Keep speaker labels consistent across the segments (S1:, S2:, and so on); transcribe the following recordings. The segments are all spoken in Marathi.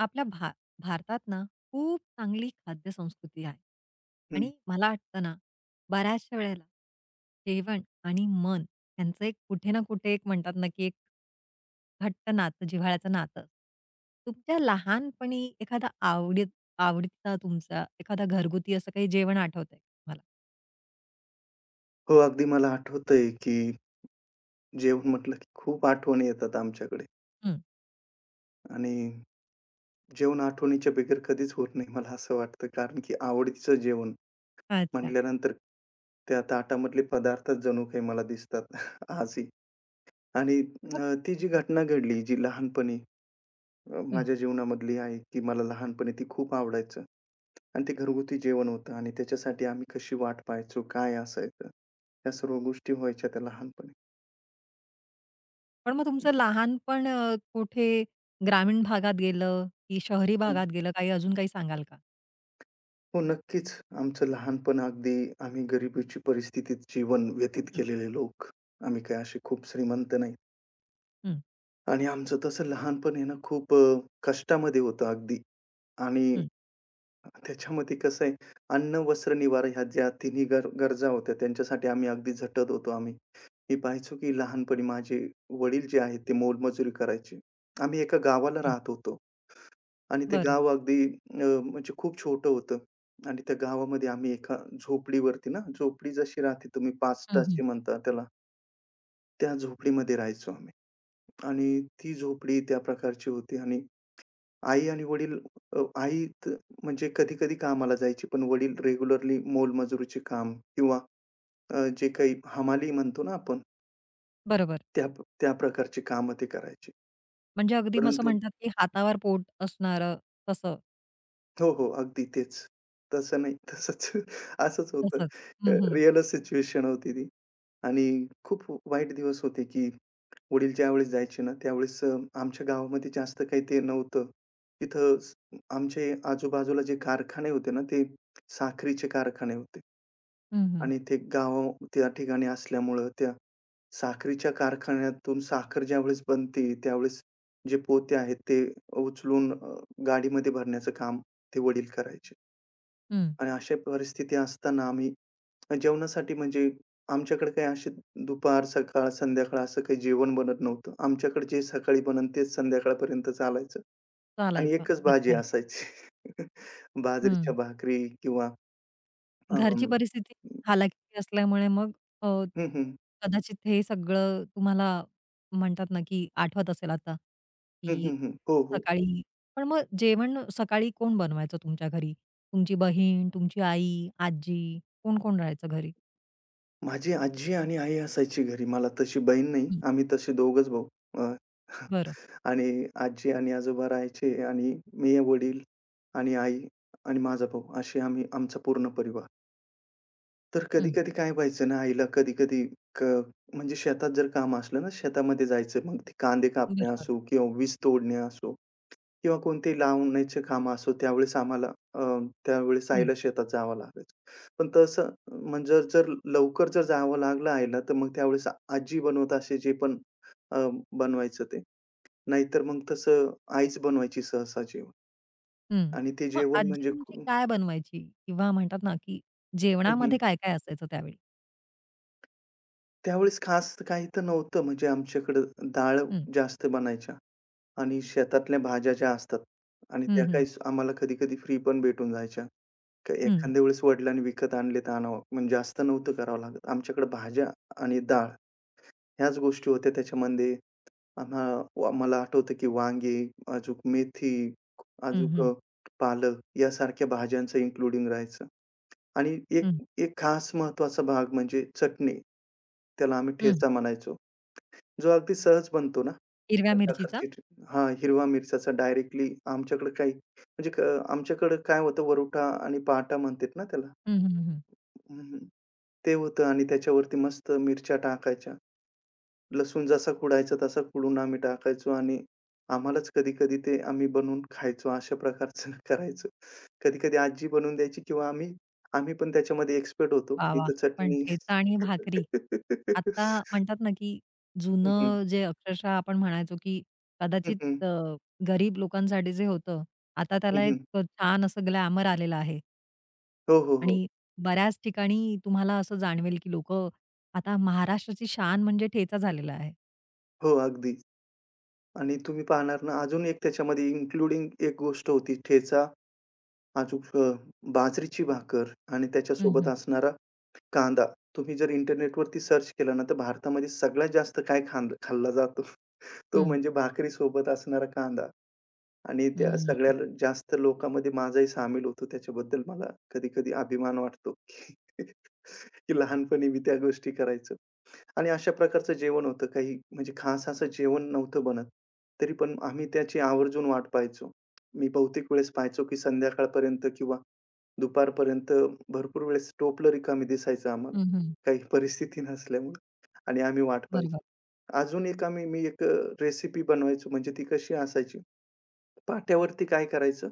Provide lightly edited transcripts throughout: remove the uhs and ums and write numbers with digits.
S1: आपल्या भारतात ना, खूप चांगली खाद्य संस्कृती आहे.
S2: हं.
S1: आणि मला वाटतं ना, बऱ्याचशा वेळेला जेवण आणि मन यांचं एक कुठे ना कुठे एक म्हणतात ना, की एक घट्ट नातं, जिव्हाळ्याचं नातं. तुमच्या लहानपणी एखादा आवडीचा तुमचा एखादा घरगुती असं काही जेवण आठवतंय मला?
S2: हो, अगदी मला आठवतंय, की जेवण म्हटलं, की खूप आठवणी येतात आमच्याकडे
S1: हं.
S2: आणि जेवण आठवणीच्या बिगर कधीच होत नाही, मला असं वाटतं. कारण की आवडीचं जेवण
S1: अच्छा.
S2: म्हटल्यानंतर त्या ताटामधले पदार्थच जणू काही मला दिसतात आजही. आणि
S1: मग
S2: ती जी घटना घडली, जी लहानपणी
S1: हं.
S2: माझ्या जीवनामधली आहे, की मला लहानपणी ती खूप आवडायचं आणि ते घरगुती जेवण होतं आणि त्याच्यासाठी आम्ही कशी वाट पाहायचो, काय असायचं, या सर्व गोष्टी व्हायच्या त्या लहानपणी.
S1: पण मग तुमचं लहानपण कुठे ग्रामीण भागात गेलं, की शहरी भागात गेलं? काही अजून काही सांगाल का?
S2: हो, नक्कीच. आमचं लहानपण अगदी आम्ही गरिबीची परिस्थितीत जीवन व्यतीत
S1: हं,
S2: केलेले लोक. आम्ही काही असे खूप श्रीमंत नाही.
S1: हं,
S2: आणि आमचं तसं लहानपण आहे ना खूप कष्टामध्ये होतं अगदी. आणि
S1: हं.
S2: त्याच्यामध्ये कसं आहे, अन्न, वस्त्र, निवारा ह्या ज्या तिन्ही गरजा होत्या त्यांच्यासाठी आम्ही अगदी झटत होतो आम्ही. मी पाहायचो की लहानपणी माझे वडील जे आहेत ते मोलमजुरी करायचे. आम्ही एका गावाला
S1: हं.
S2: राहत होतो. आणि ते
S1: बरं.
S2: गाव अगदी म्हणजे खूप छोटं होतं आणि त्या गावामध्ये आम्ही एका झोपडीवरती ना, झोपडी जशी राहते तुम्ही 5
S1: हं, हं.
S2: टाची म्हणता त्याला, त्या झोपडीमध्ये राहायचो आम्ही. आणि ती झोपडी त्या प्रकारची होती आणि आई आणि वडील आई म्हणजे कधी-कधी कामाला जायची, पण वडील रेग्युलरली मोलमजुरीचे काम किंवा जे काही हमाली म्हणतो ना आपण,
S1: बरोबर.
S2: त्या त्या प्रकारची कामं ते करायचे.
S1: म्हणजे अगदी मग असं
S2: परंतु
S1: म्हणतात, की हातावर पोट असणारं तसं.
S2: हो, हो. अगदी तेच. तसं नाही, तसंच असंच होतं.
S1: तसंच. हं, हं.
S2: रिअलच सिच्युएशन होती ती आणि खूप वाईट दिवस होते, की वडील ज्यावेळेस जायचे ना, त्यावेळेस आमच्या गावामध्ये जास्त काही ते नव्हतं. तिथं आमचे आजूबाजूला जे कारखाने होते ना, ते साखरीचे कारखाने होते
S1: हं, हं.
S2: आणि ते गाव त्या ठिकाणी असल्यामुळं त्या साखरीच्या कारखान्यातून साखर ज्यावेळेस बनते, त्यावेळेस जे पोते आहेत ते उचलून गाडीमध्ये भरण्याचं काम ते वडील करायचे.
S1: हं.
S2: आणि अशा परिस्थिती असताना आम्ही जेवणासाठी म्हणजे आमच्याकडे काही असे दुपार, सकाळ, संध्याकाळ असं काही जेवण बनत नव्हतं. आमच्याकडे जे सकाळी बनन तेच संध्याकाळपर्यंत चालायचं आणि
S1: चालायचं.
S2: एकच भाजी
S1: अच्छा.
S2: असायची. बाजरीच्या
S1: हं.
S2: भाकरी किंवा अं,
S1: घरची परिस्थिती हालाकीची असल्यामुळे मग अ,
S2: हं, हं.
S1: कदाचित हे सगळं तुम्हाला म्हणतात ना, की आठवत असेल आता,
S2: हं,
S1: की
S2: हं, हं. हो, हो.
S1: सकाळी पण मग जेवण सकाळी कोण बनवायचं तुमच्या घरी? तुमची बहीण, तुमची आई, आजी कोण-कोण राहायचं घरी?
S2: माझी आजी आणि आई असायची घरी. मला तशी बहीण नाही.
S1: हं.
S2: आम्ही तसे दोघंच भाऊ. अ,
S1: बरं.
S2: आणि आजी आणि आजोबा राहायचे आणि मी, वडील आणि आई आणि माझा भाऊ असे आम्ही आमचा पूर्ण परिवार. तर
S1: हं.
S2: कधी-कधी काय व्हायचं ना, आईला कधी-कधी क म्हणजे शेतात जर काम असलं ना, शेतामध्ये जायचं. मग ते कांदे कापणे
S1: बरोबर.
S2: असो किंवा वीज तोडणे असो किंवा कोणते लावण्याचे कामं असो, त्यावेळेस आम्हाला त्यावेळेस
S1: हं.
S2: आईला शेतात जावं लागायचं. पण तसं म्हणजे जर लवकर जर जावं लागलं आईला, तर मग त्यावेळेस आजी बनवत असे जे पण अ, बनवायचं ते. नाहीतर मग तसं आईच बनवायची सहसा जेवण
S1: हं.
S2: आणि ते
S1: मग
S2: जेवण
S1: आजी
S2: म्हणजे
S1: तुमची
S2: खूप
S1: काय बनवायची? किंवा म्हणतात ना, की
S2: हं, हं.
S1: जेवणामध्ये काय काय असायचं त्यावेळी?
S2: त्यावेळेस खास काही तर नव्हतं म्हणजे आमच्याकडं डाळ
S1: हं,
S2: जास्त बनायच्या आणि शेतातल्या भाज्या ज्या असतात आणि
S1: हं,
S2: त्या
S1: हं,
S2: काही आम्हाला कधी-कधी फ्री पण भेटून जायच्या. तर
S1: हं,
S2: एखाद्या वेळेस वडिलांनी विकत आणले तर आणावं म्हणजे जास्त नव्हतं करावं लागत. आमच्याकडे भाज्या आणि डाळ ह्याच गोष्टी होत्या त्याच्यामध्ये मला आठवतं की वांगे, अजूक मेथी,
S1: हं,
S2: अजूक
S1: हं,
S2: पालक यासारख्या भाज्यांचं इन्क्लुडिंग राहायचं. आणि एक
S1: हं,
S2: एक खास महत्त्वाचा भाग म्हणजे चटणी. त्याला आम्ही
S1: हं.
S2: ठेचा म्हणायचो. जो अगदी सहज बनतो ना,
S1: हिरव्या
S2: त्या
S1: मिरचीचा?
S2: प्रकारची हां, हिरवा मिरच्याचा डायरेक्टली आमच्याकडे काही म्हणजे आमच्याकडे काय होतं वरोटा आणि पाटा म्हणतात ना त्याला.
S1: हं, हं, हं.
S2: हं, ते होतं आणि त्याच्यावरती मस्त मिरच्या टाकायच्या. लसूण जसा कुडायचा तसा कुडून आम्ही टाकायचो आणि आम्हालाच कधी-कधी ते आम्ही बनवून खायचो. अशा प्रकारचं करायचो. कधी-कधी आजी बनवून द्यायची किंवा आम्ही आम्ही पण त्याच्यामध्ये एक्सपर्ट होतो.
S1: वाह! वाह!
S2: इथं
S1: पण
S2: चटणी
S1: ठेचा आणि भाकरी. आता म्हणतात ना, की
S2: हं, हं.
S1: जुनं जे अक्षरशः आपण म्हणायचो, की
S2: हं, हं.
S1: कदाचित गरीब लोकांसाठी जे होतं, आता
S2: हं,
S1: त्याला
S2: हं.
S1: एक छान असं ग्लॅमर आलेलं आहे.
S2: हो, हो, हो.
S1: आणि बऱ्याच ठिकाणी तुम्हाला असं जाणवेल, की लोकं आता महाराष्ट्राची शान म्हणजे ठेचा झालेला आहे.
S2: हो, अगदी. आणि तुम्ही पाहणार ना अजून एक त्याच्यामध्ये इन्क्लुडिंग एक गोष्ट होती ठेचा, अजून बाजरीची भाकर आणि त्याच्यासोबत
S1: हं.
S2: असणारा कांदा. तुम्ही जर इंटरनेटवरती सर्च केलं ना, तर भारतामध्ये सगळ्यात जास्त काय खांद खाल्ला जातो, तो
S1: हं,
S2: म्हणजे भाकरीसोबत असणारा कांदा. आणि त्या सगळ्या
S1: हं,
S2: जास्त लोकांमध्ये माझाही सामील होतो. त्याच्याबद्दल मला कधी-कधी अभिमान वाटतो, की की लहानपणी मी त्या गोष्टी करायचो. आणि अशा प्रकारचं जेवण होतं. काही म्हणजे खास असं जेवण नव्हतं बनत. तरी पण आम्ही त्याची आवर्जून वाट पाहायचो. मी बहुतेक वेळेस पाहायचो, की संध्याकाळपर्यंत किंवा दुपारपर्यंत भरपूर वेळेस टोपलं रिकामी दिसायचं आम्हाला.
S1: हं, हं.
S2: काही परिस्थिती नसल्यामुळे आणि आम्ही वाट पाहायचो.
S1: बरोबर.
S2: अजून एक मी एक रेसिपी बनवायचो म्हणजे ती कशी असायची पाट्यावरती काय करायचं?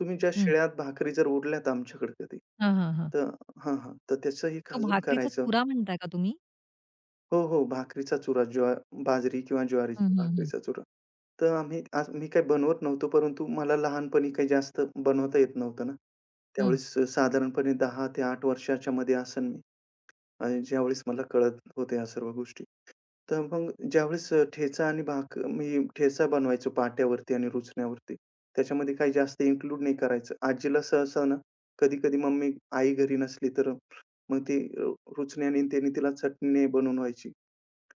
S2: तुम्ही ज्या
S1: हं.
S2: शिळ्या भाकरी जर उरल्यात आमच्याकडे कधी,
S1: हां, हां, हां.
S2: तर हां, हां. तर त्याचं हे
S1: तो
S2: खाजून
S1: भाकरीचा
S2: करायचं.
S1: चुरा म्हणताय का तुम्ही?
S2: हो, हो. भाकरीचा चुरा, बाजरी किंवा
S1: हं,
S2: ज्वारीची
S1: हं, हं.
S2: भाकरीचा चुरा. तर आम्ही आज मी काही बनवत नव्हतो, परंतु मला लहानपणी काही जास्त बनवता येत नव्हतं ना.
S1: हं,
S2: त्यावेळेस साधारणपणे 10 ते 8 वर्षाच्या मध्ये असेन मी आणि ज्यावेळेस मला कळत होत्या या सर्व गोष्टी. तर मग ज्यावेळेस ठेचा आणि मी ठेचा बनवायचो पाट्यावरती आणि रुचण्यावरती. त्याच्यामध्ये काही जास्त इन्क्लूड नाही करायचं. आजीला सहसा ना, कधी-कधी मम्मी आई घरी नसली तर मग ती रुचण्याने त्याने तिला चटणी बनवून व्हायची.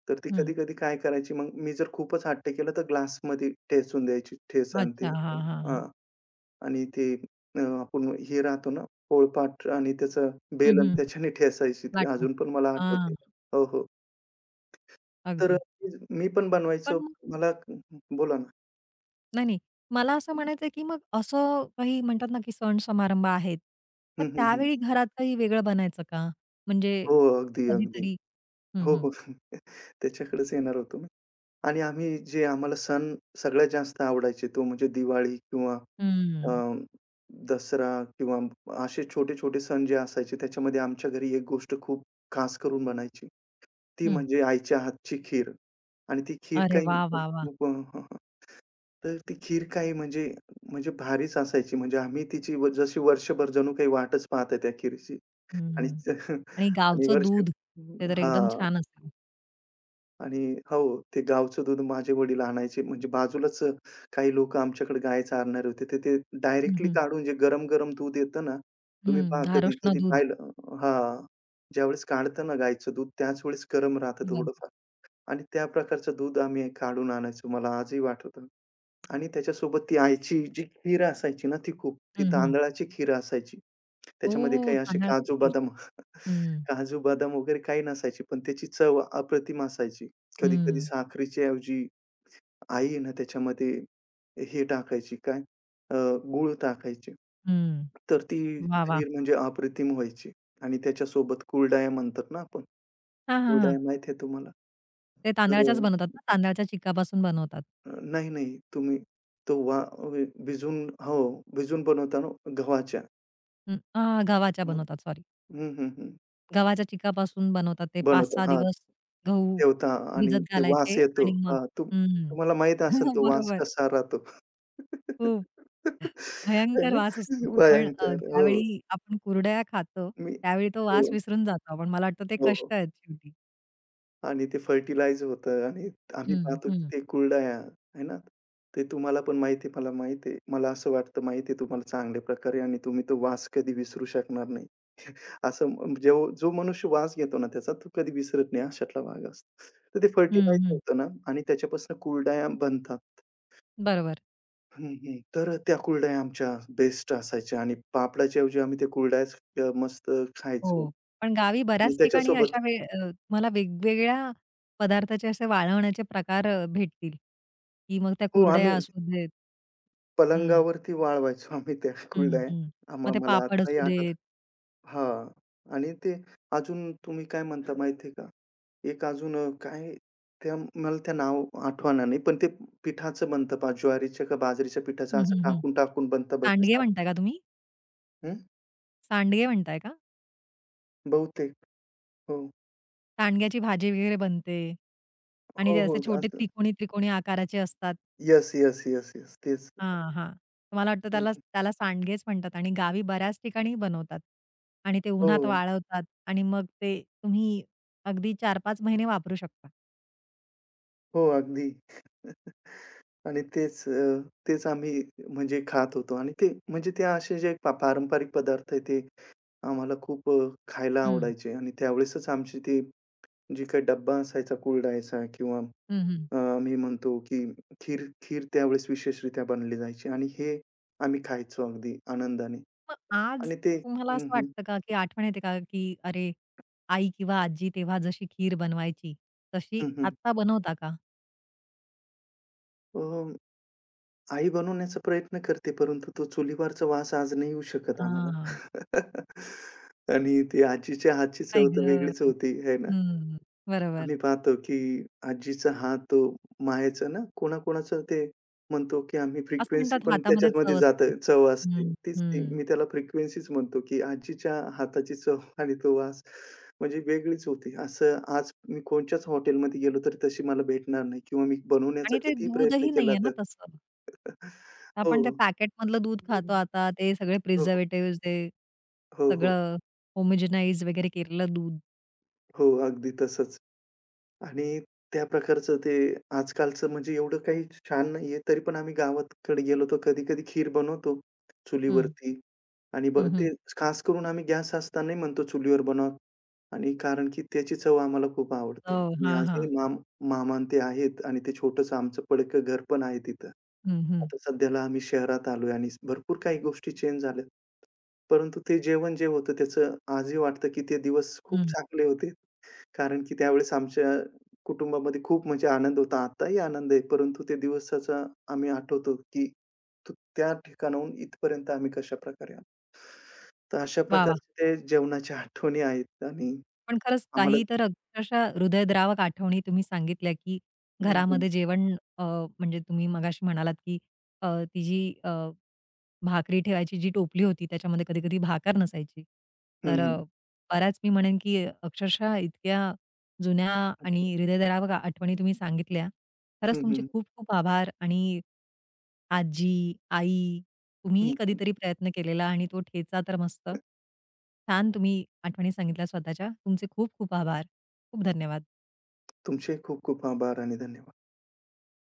S2: तर ती
S1: हं.
S2: कधी-कधी काय करायची मग मी जर खूपच हट्ट केला तर ग्लासमध्ये ठेचून द्यायची ठेचा आणि
S1: अच्छा.
S2: ते
S1: हां, हां, हां.
S2: हां. आणि ते आपण हे राहतो ना पोळपाट आणि त्याचं
S1: हं,
S2: बेलन
S1: हं.
S2: त्याच्याने ठेचायची ती
S1: लाटणं.
S2: अजून पण मला
S1: हां,
S2: आठवते. हो, हो. तर
S1: अगदी.
S2: मी पण बनवायचो.
S1: पण मग
S2: मला बोला ना.
S1: नाही, नाही. मला असं म्हणायचंय, की मग असं काही म्हणतात ना, की सण समारंभ आहेत.
S2: हं,
S1: मग
S2: हं, हं.
S1: त्यावेळी घरात काही वेगळं बनायचं का? म्हणजे
S2: हो, अगदी, अगदी.
S1: कधीतरी हं,
S2: हो,
S1: हं.
S2: हो. त्याच्याकडेच येणार होतो मी. आणि आम्ही जे आम्हाला सण सगळ्यात जास्त आवडायचे तो म्हणजे दिवाळी किंवा अ,
S1: हं,
S2: दसरा किंवा असे छोटे-छोटे सण जे असायचे त्याच्यामध्ये आमच्या घरी एक गोष्ट खूप खास करून बनायची. ती
S1: हं.
S2: म्हणजे आईच्या हातची खीर आणि ती खीर
S1: अरे
S2: काही
S1: वाह! वाह! वाह!
S2: खूप हं. तर ती खीर काही म्हणजे म्हणजे भारीच असायची. म्हणजे आम्ही तिची जशी वर्षभर जणू काही वाटच पाहत आहे त्या खीरची आणि
S1: हं. आणि
S2: आणि
S1: गावचं
S2: वर्ष
S1: दूध, ते तर एकदम
S2: हां.
S1: छान असेल.
S2: आणि हो, ते गावचं दूध माझे वडील आणायचे. म्हणजे बाजूलाच काही लोकं आमच्याकडे गाय चारणारे होते. तर ते
S1: हं,
S2: डायरेक्टली
S1: हं.
S2: काढून जे गरम-गरम दूध येतं ना, तुम्ही
S1: हं.
S2: पहा
S1: धारोष्ण
S2: कधी-कधी
S1: दूध.
S2: पाहिलं हां. ज्यावेळेस काढतं ना गायचं दूध त्याच वेळेस गरम राहतं
S1: बरोबर.
S2: थोडंफार आणि त्या प्रकारचं दूध आम्ही काढून आणायचो. मला आजही आठवतं. आणि त्याच्यासोबत ती आईची जी खीर असायची ना, ती खूप ती
S1: हं, हं.
S2: तांदळाची खीर असायची. त्याच्यामध्ये
S1: हो,
S2: काही असे
S1: तांदळाची
S2: काजू,
S1: खीर.
S2: बदाम
S1: हं,
S2: काजू, बदाम वगैरे काही नसायचे, पण त्याची चव अप्रतिम असायची. कधी-कधी
S1: हं,
S2: साखरेच्या ऐवजी आई आहे ना, त्याच्यामध्ये हे टाकायची काय अ, गूळ टाकायची.
S1: हं.
S2: तर ती
S1: वाह, वाह!
S2: खीर म्हणजे अप्रतिम व्हायची आणि त्याच्यासोबत कुरडया म्हणतात ना आपण.
S1: हां, हां, हां.
S2: कुरडया माहिती आहे तुम्हाला?
S1: ते
S2: तर
S1: तांदळाच्याच बनवतात ना? तांदळाच्या चिकापासून बनवतात.
S2: नाही, नाही. तुम्ही तो वा वि भिजवून हो, भिजवून बनवता ना गव्हाच्या.
S1: हं, गव्हाच्या
S2: हं,
S1: बनवतात सॉरी.
S2: हं, हं, हं.
S1: गव्हाच्या चिकापासून बनवतात ते
S2: बनवता.
S1: 5-6
S2: हां,
S1: दिवस गहू
S2: ठेवता आणि
S1: भिजत
S2: ते वास
S1: घालायचे
S2: येतो.
S1: आणि मग
S2: हां,
S1: हं.
S2: तुम्हाला माहीत असेल तो वास
S1: बरोबर.
S2: कसा राहतो.
S1: खूप
S2: आहे
S1: भयंकर
S2: ना?
S1: वास असतो तो. पण
S2: भयंकर. हो.
S1: ज्यावेळी आपण कुरडया खातो,
S2: मी
S1: त्यावेळी तो वास
S2: हो,
S1: विसरून जातो आपण. मला वाटतं ते
S2: हो, हो.
S1: कष्ट आहेत शेवटी.
S2: आणि ते फर्टिलाइज होतं आणि आम्ही
S1: हं,
S2: पाहतो की
S1: हं.
S2: ते कुरडया आहे ना, ते तुम्हाला पण माहिती मला माहिती आहे. मला असं वाटतं माहिती आहे तुम्हाला चांगल्या प्रकारे आणि तुम्ही तो वास कधी विसरू शकणार नाही. असं म्हणजे जो जो मनुष्य वास घेतो ना त्याचा तो कधी विसरत नाही अशातला भाग असतो. तर ते
S1: हं,
S2: फर्टिलायझर
S1: हं.
S2: होतं ना आणि त्याच्यापासून कुरडया बनतात.
S1: बरोबर.
S2: हं, हं. तर त्या कुरडया आमच्या बेस्ट असायच्या आणि पापडाच्या ऐवजी आम्ही त्या कुरडयाच मस्त खायचो
S1: हो. पण गावी
S2: आणि
S1: बऱ्याच ठिकाणी
S2: त्याच्यासोबत
S1: अशा तुम्हाला वेगवेगळ्या पदार्थाचे असे वाळवण्याचे प्रकार भेटतील, की मग त्या
S2: हो, आम्ही
S1: कुरडया असू देत. हं,
S2: पलंगावरती वाळवायचो आम्ही त्या
S1: हं,
S2: कुरडया.
S1: हं. मग ते
S2: मला
S1: पापड
S2: आताही
S1: असू
S2: आठवतं
S1: देत.
S2: हां. आणि ते अजून तुम्ही काय म्हणता माहिती का? एक अजून काय त्या मला त्या नाव आठवना नाही. पण ते पिठाचं बनतं पहा ज्वारीच्या का बाजरीच्या पिठाचं
S1: हं,
S2: असं
S1: हं, हं.
S2: टाकून-टाकून बनतं
S1: सांडगे
S2: भजीसारखं.
S1: म्हणताय का तुम्ही?
S2: हं,
S1: सांडगे म्हणताय का?
S2: बहुतेक. हो.
S1: सांडग्याची भाजी वगैरे बनते आणि ते
S2: हो, हो.
S1: असे छोटे
S2: असं
S1: त्रिकोणी-त्रिकोणी आकाराचे असतात.
S2: Yes, yes, yes, yes. तेच.
S1: हां, हां. मला वाटतं
S2: हं,
S1: त्याला
S2: हं.
S1: त्याला सांडगेच म्हणतात आणि गावी बऱ्याच ठिकाणी बनवतात आणि ते उन्हात
S2: हो,
S1: वाळवतात आणि मग ते तुम्ही अगदी 4-5 महिने वापरू शकता.
S2: हो. अगदी. आणि तेच आम्ही म्हणजे खात होतो आणि ते म्हणजे ते असे जे पारंपरिक पदार्थ आहे ते आम्हाला खूप खायला
S1: हं.
S2: आवडायचे आणि त्यावेळेसच आमची ती जी काही डब्बा असायचा, कुरडयाचा किंवा
S1: हं, हं.
S2: आम्ही म्हणतो की खीर खीर त्यावेळेस विशेषरीत्या बनली जायची आणि हे आम्ही खायचो अगदी आनंदाने
S1: मग आज
S2: आणि ते
S1: तुम्हाला
S2: हं,
S1: असं
S2: हं.
S1: वाटतं का, की आठवण येते का, की अरे, आई किंवा आजी तेव्हा जशी खीर बनवायची, तशी
S2: हं, हं.
S1: आत्ता बनवता का?
S2: अ, आई बनवण्याचा प्रयत्न करते, परंतु तो चुलीवरचा वास आज नाही येऊ शकत आम्हाला.
S1: हां.
S2: आणि ती आजीच्या हातची
S1: आई
S2: चव तर
S1: गं!
S2: वेगळीच होती, है ना?
S1: हं. बरोबर.
S2: आम्ही पाहतो, की आजीचा हात तो मायेचं ना, कोणाकोणाचं ते म्हणतो, की आम्ही
S1: असं
S2: फ्रिक्वेन्सी
S1: म्हणतात
S2: पण
S1: हातामध्ये चव
S2: त्याच्यामध्ये
S1: असते.
S2: जातं, चव असते.
S1: हं,
S2: तीच ती
S1: हं.
S2: मी त्याला फ्रिक्वेन्सीच म्हणतो, की आजीच्या हाताची चव आणि तो वास म्हणजे वेगळीच होती. असं आज मी कोणच्याच हॉटेलमध्ये गेलो तरी तशी मला भेटणार नाही किंवा मी बनवण्याचा
S1: आणि ते
S2: कितीही प्रयत्न
S1: दूधही
S2: केला
S1: नाहीये ना
S2: तर
S1: तसं. आपण त्या पॅकेटमधलं दूध खातो आता. ते सगळे
S2: हो, हो.
S1: प्रिझर्व्हेटिव्हज ते
S2: हो, हो.
S1: सगळं होमोजेनाइज वगैरे केलेलं दूध.
S2: हो, अगदी तसंच. आणि त्या प्रकारचं ते आजकालचं म्हणजे एवढं काही छान नाहीये. तरी पण आम्ही गावाकडे गेलो तर कधी-कधी खीर बनवतो
S1: हं.
S2: चुलीवरती आणि
S1: हं, हं.
S2: ते खास करून आम्ही गॅस असतानाही म्हणतो चुलीवर बनवा आणि कारण की त्याची चव आम्हाला खूप आवडते
S1: हो.
S2: आणि
S1: हां, हां.
S2: आजही मामा अन् ते आहेत आणि ते छोटंसं आमचं पडकं घर पण आहे तिथं.
S1: हं, हं.
S2: आता सध्याला आम्ही शहरात आलोय आणि भरपूर काही गोष्टी चेंज झाल्यात. परंतु ते जेवण जे होतं त्याचं आजही वाटतं की ते दिवस खूप
S1: हं.
S2: चांगले होते. कारण की त्यावेळेस आमच्या कुटुंबामध्ये खूप म्हणजे आनंद होता. आत्ताही आनंद आहे. परंतु त्या दिवसाचा आम्ही आठवतो, की तो त्या ठिकाणाहून इथपर्यंत आम्ही कशाप्रकारे आलो. तर अशा हो.
S1: वाह, वाह!
S2: प्रकारचे ते जेवणाच्या आठवणी आहेत आणि
S1: पण खरंच
S2: आम्हाला
S1: काही तर अक्षरशः हृदयद्रावक आठवणी तुम्ही सांगितल्या, की
S2: हं, हं.
S1: घरामध्ये जेवण अ, म्हणजे तुम्ही मगाशी म्हणालात, की अ, ती जी भाकरी ठेवायची जी टोपली होती त्याच्यामध्ये कधी-कधी भाकर नसायची.
S2: हं,
S1: तर
S2: हं.
S1: बऱ्याच मी म्हणेन की अक्षरशः इतक्या जुन्या आणि हृदयद्रावक आठवणी तुम्ही सांगितल्या. खरंच
S2: हं,
S1: तुमचे
S2: हं.
S1: खूप-खूप आभार आणि आजी, आई तुम्हीही
S2: हं.
S1: कधीतरी प्रयत्न केलेला आणि तो ठेचा तर मस्त. छान तुम्ही आठवणी सांगितल्या स्वतःच्या. तुमचे खूप-खूप आभार. खूप धन्यवाद.
S2: तुमचे खूप खूप आभार आणि धन्यवाद.